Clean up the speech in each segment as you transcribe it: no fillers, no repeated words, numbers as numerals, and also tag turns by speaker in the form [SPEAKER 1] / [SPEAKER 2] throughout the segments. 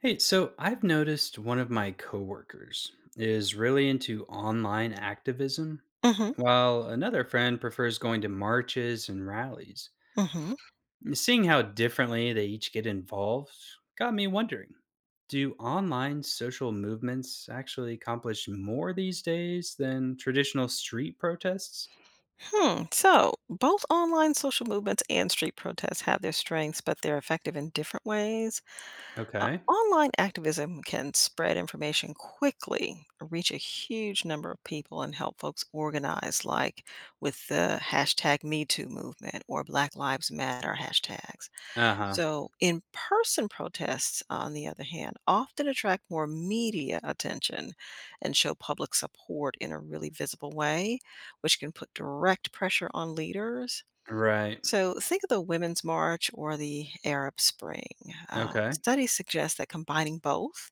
[SPEAKER 1] Hey, so I've noticed one of my coworkers is really into online activism,
[SPEAKER 2] Mhm,
[SPEAKER 1] while another friend prefers going to marches and rallies.
[SPEAKER 2] mhm.
[SPEAKER 1] Seeing how differently they each get involved got me wondering, do online social movements actually accomplish more these days than traditional street protests?
[SPEAKER 2] Hmm, so both online social movements and street protests have their strengths, but they're effective in different ways.
[SPEAKER 1] Okay.
[SPEAKER 2] Online activism can spread information quickly, reach a huge number of people, and help folks organize, like with the hashtag MeToo movement or Black Lives Matter hashtags.
[SPEAKER 1] Uh huh.
[SPEAKER 2] So, in person protests, on the other hand, often attract more media attention and show public support in a really visible way, which can put direct pressure on leaders.
[SPEAKER 1] Right.
[SPEAKER 2] So, think of the Women's March or the Arab Spring.
[SPEAKER 1] Okay.
[SPEAKER 2] Studies suggest that combining both,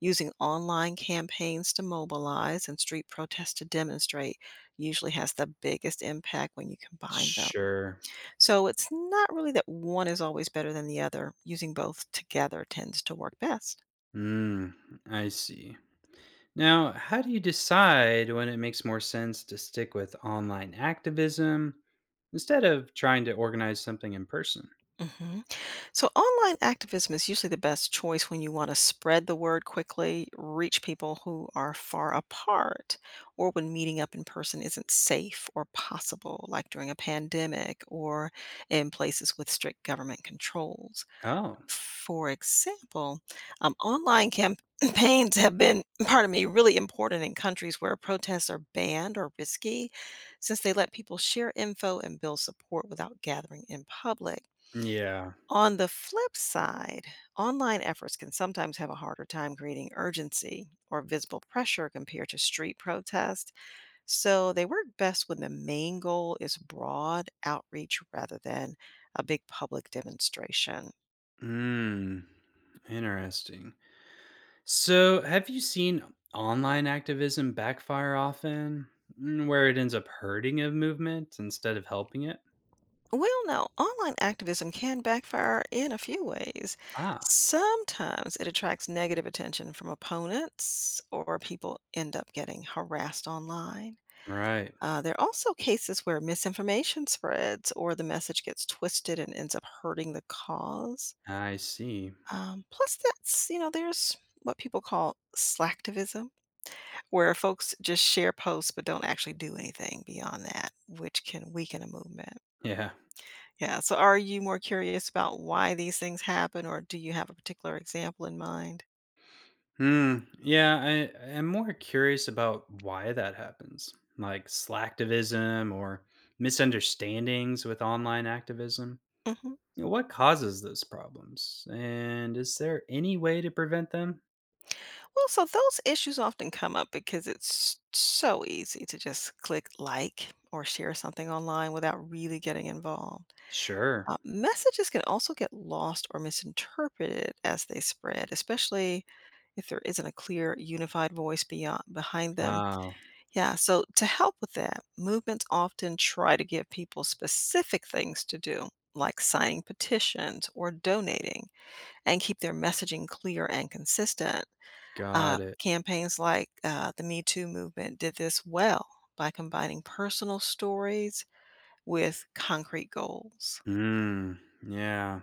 [SPEAKER 2] using online campaigns to mobilize and street protests to demonstrate, usually has the biggest impact when you combine them.
[SPEAKER 1] Sure.
[SPEAKER 2] So it's not really that one is always better than the other. Using both together tends to work best.
[SPEAKER 1] Mm, I see. Now, how do you decide when it makes more sense to stick with online activism instead of trying to organize something in person?
[SPEAKER 2] hmm So online activism is usually the best choice when you want to spread the word quickly, reach people who are far apart, or when meeting up in person isn't safe or possible, like during a pandemic or in places with strict government controls.
[SPEAKER 1] Oh,
[SPEAKER 2] For example, online campaigns have been, pardon me, really important in countries where protests are banned or risky, since they let people share info and build support without gathering in public.
[SPEAKER 1] yeah.
[SPEAKER 2] On the flip side, online efforts can sometimes have a harder time creating urgency or visible pressure compared to street protest. So they work best when the main goal is broad outreach rather than a big public demonstration.
[SPEAKER 1] Hmm. Interesting. So, have you seen online activism backfire often, mm, where it ends up hurting a movement instead of helping it?
[SPEAKER 2] Well, now, online activism can backfire in a few ways.
[SPEAKER 1] Ah,
[SPEAKER 2] Sometimes it attracts negative attention from opponents, or people end up getting harassed online.
[SPEAKER 1] right.
[SPEAKER 2] There are also cases where misinformation spreads, or the message gets twisted and ends up hurting the cause.
[SPEAKER 1] I see.
[SPEAKER 2] Plus, there's what people call slacktivism, where folks just share posts but don't actually do anything beyond that, which can weaken a movement.
[SPEAKER 1] Yeah.
[SPEAKER 2] Yeah, so are you more curious about why these things happen, or do you have a particular example in mind?
[SPEAKER 1] Hmm. Yeah, I am more curious about why that happens, like slacktivism or misunderstandings with online activism.
[SPEAKER 2] Mhm.
[SPEAKER 1] You know, what causes those problems, and is there any way to prevent them?
[SPEAKER 2] Well, so those issues often come up because it's so easy to just click like or share something online without really getting involved.
[SPEAKER 1] Sure.
[SPEAKER 2] Messages can also get lost or misinterpreted as they spread, especially if there isn't a clear unified voice beyond behind them.
[SPEAKER 1] Oh,
[SPEAKER 2] Yeah, so to help with that, movements often try to give people specific things to do, like signing petitions or donating, and keep their messaging clear and consistent.
[SPEAKER 1] got it.
[SPEAKER 2] Campaigns like the Me Too movement did this well by combining personal stories with concrete goals.
[SPEAKER 1] Hmm. Yeah.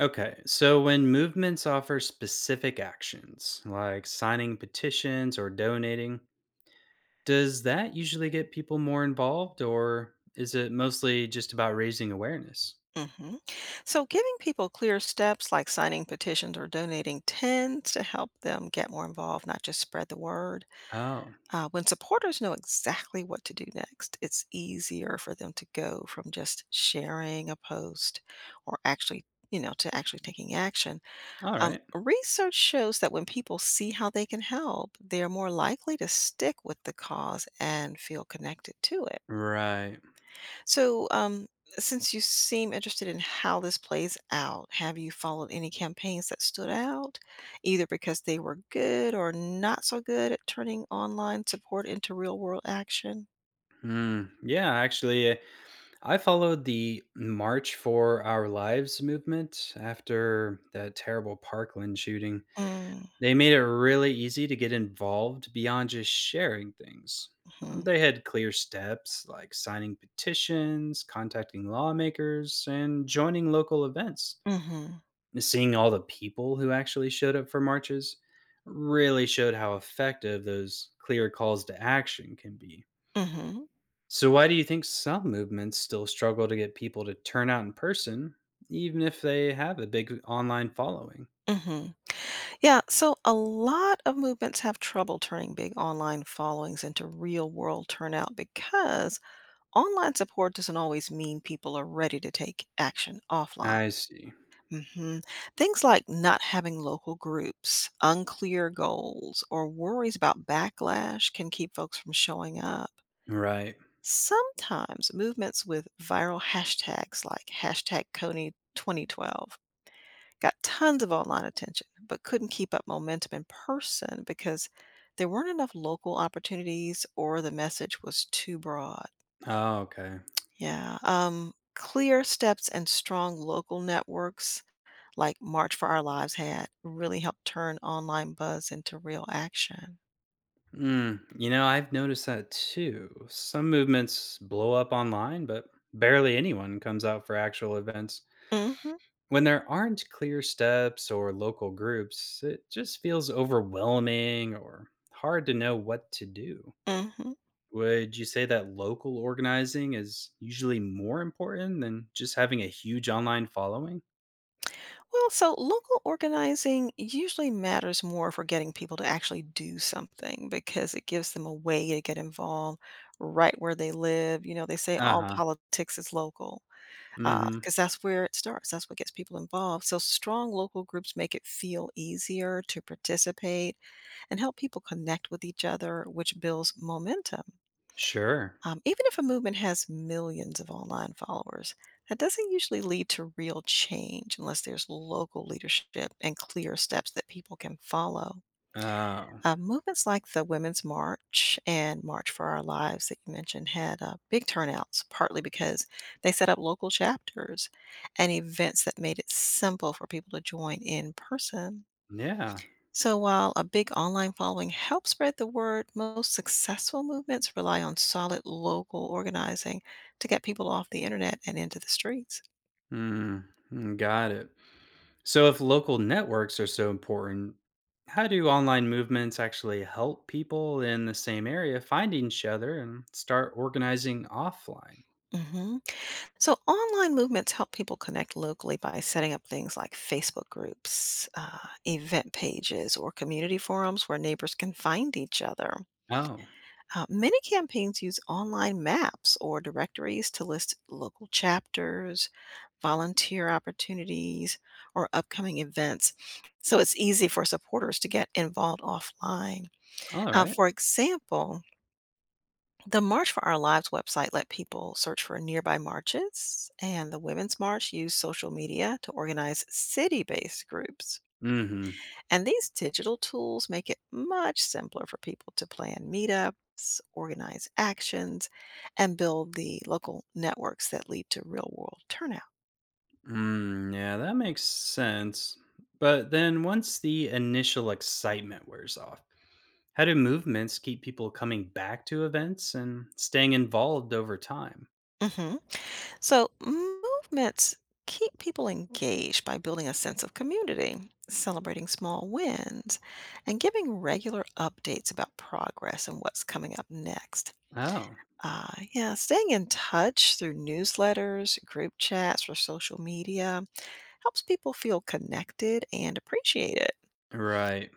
[SPEAKER 1] Okay. So when movements offer specific actions, like signing petitions or donating, does that usually get people more involved, or is it mostly just about raising awareness?
[SPEAKER 2] hmm So, giving people clear steps like signing petitions or donating tends to help them get more involved, not just spread the word.
[SPEAKER 1] Oh,
[SPEAKER 2] When supporters know exactly what to do next, it's easier for them to go from just sharing a post or actually, you know, to actually taking action.
[SPEAKER 1] all right.
[SPEAKER 2] Research shows that when people see how they can help, they're more likely to stick with the cause and feel connected to it.
[SPEAKER 1] Right.
[SPEAKER 2] So, since you seem interested in how this plays out, have you followed any campaigns that stood out, either because they were good or not so good at turning online support into real world action?
[SPEAKER 1] Hmm. Yeah, actually, I followed the March for Our Lives movement after that terrible Parkland shooting.
[SPEAKER 2] Mm-hmm.
[SPEAKER 1] They made it really easy to get involved beyond just sharing things.
[SPEAKER 2] Mm-hmm.
[SPEAKER 1] They had clear steps like signing petitions, contacting lawmakers, and joining local events.
[SPEAKER 2] Mm-hmm.
[SPEAKER 1] Seeing all the people who actually showed up for marches really showed how effective those clear calls to action can be. So, why do you think some movements still struggle to get people to turn out in person, even if they have a big online following?
[SPEAKER 2] Mm-hmm. Yeah, so a lot of movements have trouble turning big online followings into real world turnout because online support doesn't always mean people are ready to take action offline.
[SPEAKER 1] I see.
[SPEAKER 2] hmm Things like not having local groups, unclear goals, or worries about backlash can keep folks from showing up.
[SPEAKER 1] Right.
[SPEAKER 2] Sometimes movements with viral hashtags like hashtag Coney 2012 got tons of online attention, but couldn't keep up momentum in person because there weren't enough local opportunities or the message was too broad.
[SPEAKER 1] Oh, okay.
[SPEAKER 2] Yeah. Clear steps and strong local networks like March for Our Lives had really helped turn online buzz into real action.
[SPEAKER 1] Mm, you know, I've noticed that too. Some movements blow up online, but barely anyone comes out for actual events.
[SPEAKER 2] hmm
[SPEAKER 1] When there aren't clear steps or local groups, it just feels overwhelming or hard to know what to do.
[SPEAKER 2] hmm
[SPEAKER 1] Would you say that local organizing is usually more important than just having a huge online following?
[SPEAKER 2] Well, so local organizing usually matters more for getting people to actually do something because it gives them a way to get involved right where they live. You know, they say
[SPEAKER 1] Uh
[SPEAKER 2] all
[SPEAKER 1] huh.
[SPEAKER 2] politics is local
[SPEAKER 1] Mm hmm.
[SPEAKER 2] because that's where it starts, that's what gets people involved. So, strong local groups make it feel easier to participate and help people connect with each other, which builds momentum.
[SPEAKER 1] Sure.
[SPEAKER 2] Even if a movement has millions of online followers, that doesn't usually lead to real change unless there's local leadership and clear steps that people can follow.
[SPEAKER 1] Oh,
[SPEAKER 2] Movements like the Women's March and March for Our Lives that you mentioned had big turnouts, partly because they set up local chapters and events that made it simple for people to join in person.
[SPEAKER 1] yeah.
[SPEAKER 2] So, while a big online following helps spread the word, most successful movements rely on solid local organizing to get people off the internet and into the streets.
[SPEAKER 1] Mm, mm, got it. So, if local networks are so important, how do online movements actually help people in the same area find each other and start organizing offline?
[SPEAKER 2] hmm so, online movements help people connect locally by setting up things like Facebook groups, event pages, or community forums where neighbors can find each other.
[SPEAKER 1] Oh,
[SPEAKER 2] Many campaigns use online maps or directories to list local chapters, volunteer opportunities, or upcoming events. So it's easy for supporters to get involved offline.
[SPEAKER 1] all right.
[SPEAKER 2] For example, the March for Our Lives website let people search for nearby marches, and the Women's March used social media to organize city based groups.
[SPEAKER 1] Mm-hmm.
[SPEAKER 2] And these digital tools make it much simpler for people to plan meetups, organize actions, and build the local networks that lead to real world turnout.
[SPEAKER 1] Mm, yeah, that makes sense. But then once the initial excitement wears off, how do movements keep people coming back to events and staying involved over time?
[SPEAKER 2] Mhm. So, movements keep people engaged by building a sense of community, celebrating small wins, and giving regular updates about progress and what's coming up next.
[SPEAKER 1] Oh,
[SPEAKER 2] Yeah, staying in touch through newsletters, group chats, or social media helps people feel connected and appreciated.
[SPEAKER 1] right.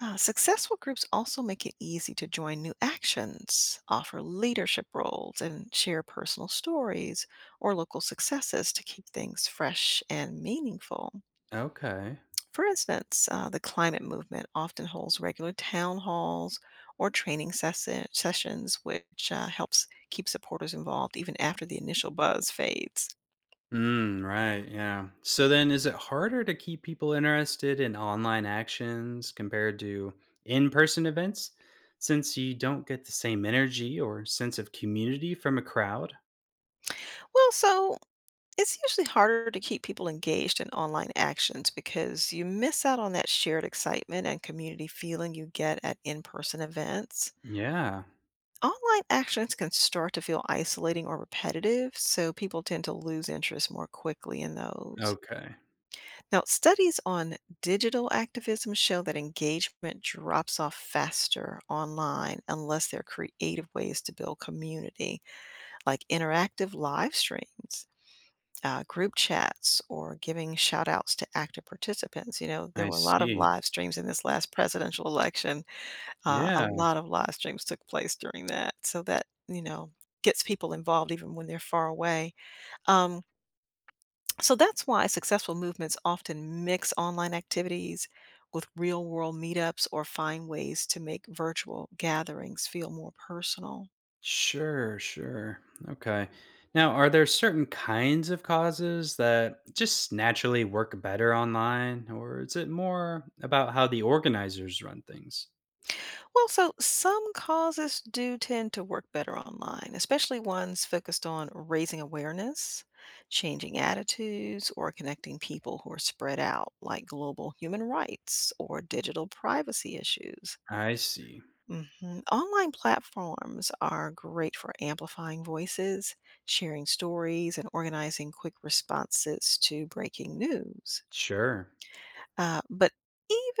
[SPEAKER 2] Successful groups also make it easy to join new actions, offer leadership roles, and share personal stories or local successes to keep things fresh and meaningful.
[SPEAKER 1] Okay.
[SPEAKER 2] For instance, the climate movement often holds regular town halls or sessions, which helps keep supporters involved even after the initial buzz fades.
[SPEAKER 1] Mm, right. Yeah. So then is it harder to keep people interested in online actions compared to in-person events since you don't get the same energy or sense of community from a crowd?
[SPEAKER 2] Well, so it's usually harder to keep people engaged in online actions because you miss out on that shared excitement and community feeling you get at in person events.
[SPEAKER 1] Yeah.
[SPEAKER 2] Online actions can start to feel isolating or repetitive, so people tend to lose interest more quickly in those.
[SPEAKER 1] Okay.
[SPEAKER 2] Now, studies on digital activism show that engagement drops off faster online unless there are creative ways to build community, like interactive live streams. Group chats or giving shout outs to active participants. You know,
[SPEAKER 1] I
[SPEAKER 2] there were a lot of
[SPEAKER 1] see.
[SPEAKER 2] live streams in this last presidential election. A
[SPEAKER 1] Yeah.
[SPEAKER 2] lot of live streams took place during that. So that, you know, gets people involved even when they're far away. Um, so that's why successful movements often mix online activities with real world meetups or find ways to make virtual gatherings feel more personal.
[SPEAKER 1] Sure, sure. Okay. Now, are there certain kinds of causes that just naturally work better online, or is it more about how the organizers run things?
[SPEAKER 2] Well, so some causes do tend to work better online, especially ones focused on raising awareness, changing attitudes, or connecting people who are spread out, like global human rights or digital privacy issues.
[SPEAKER 1] I see.
[SPEAKER 2] Mhm. Online platforms are great for amplifying voices, sharing stories, and organizing quick responses to breaking news.
[SPEAKER 1] Sure.
[SPEAKER 2] But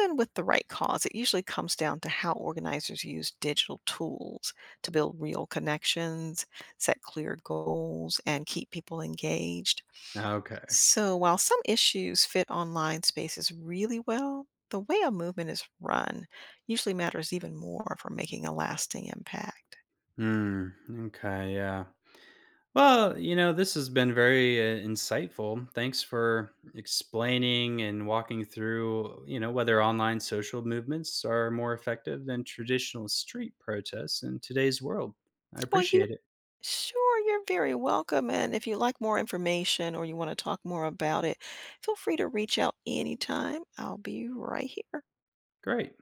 [SPEAKER 2] even with the right cause, it usually comes down to how organizers use digital tools to build real connections, set clear goals, and keep people engaged.
[SPEAKER 1] Okay.
[SPEAKER 2] So while some issues fit online spaces really well, the way a movement is run usually matters even more for making a lasting impact.
[SPEAKER 1] Hmm. Okay. Yeah. Well, you know, this has been very insightful. Thanks for explaining and walking through, you know, whether online social movements are more effective than traditional street protests in today's world. I
[SPEAKER 2] Well, you
[SPEAKER 1] appreciate it.
[SPEAKER 2] sure you're very welcome. And if you like more information or you want to talk more about it, feel free to reach out anytime. I'll be right here.
[SPEAKER 1] Great.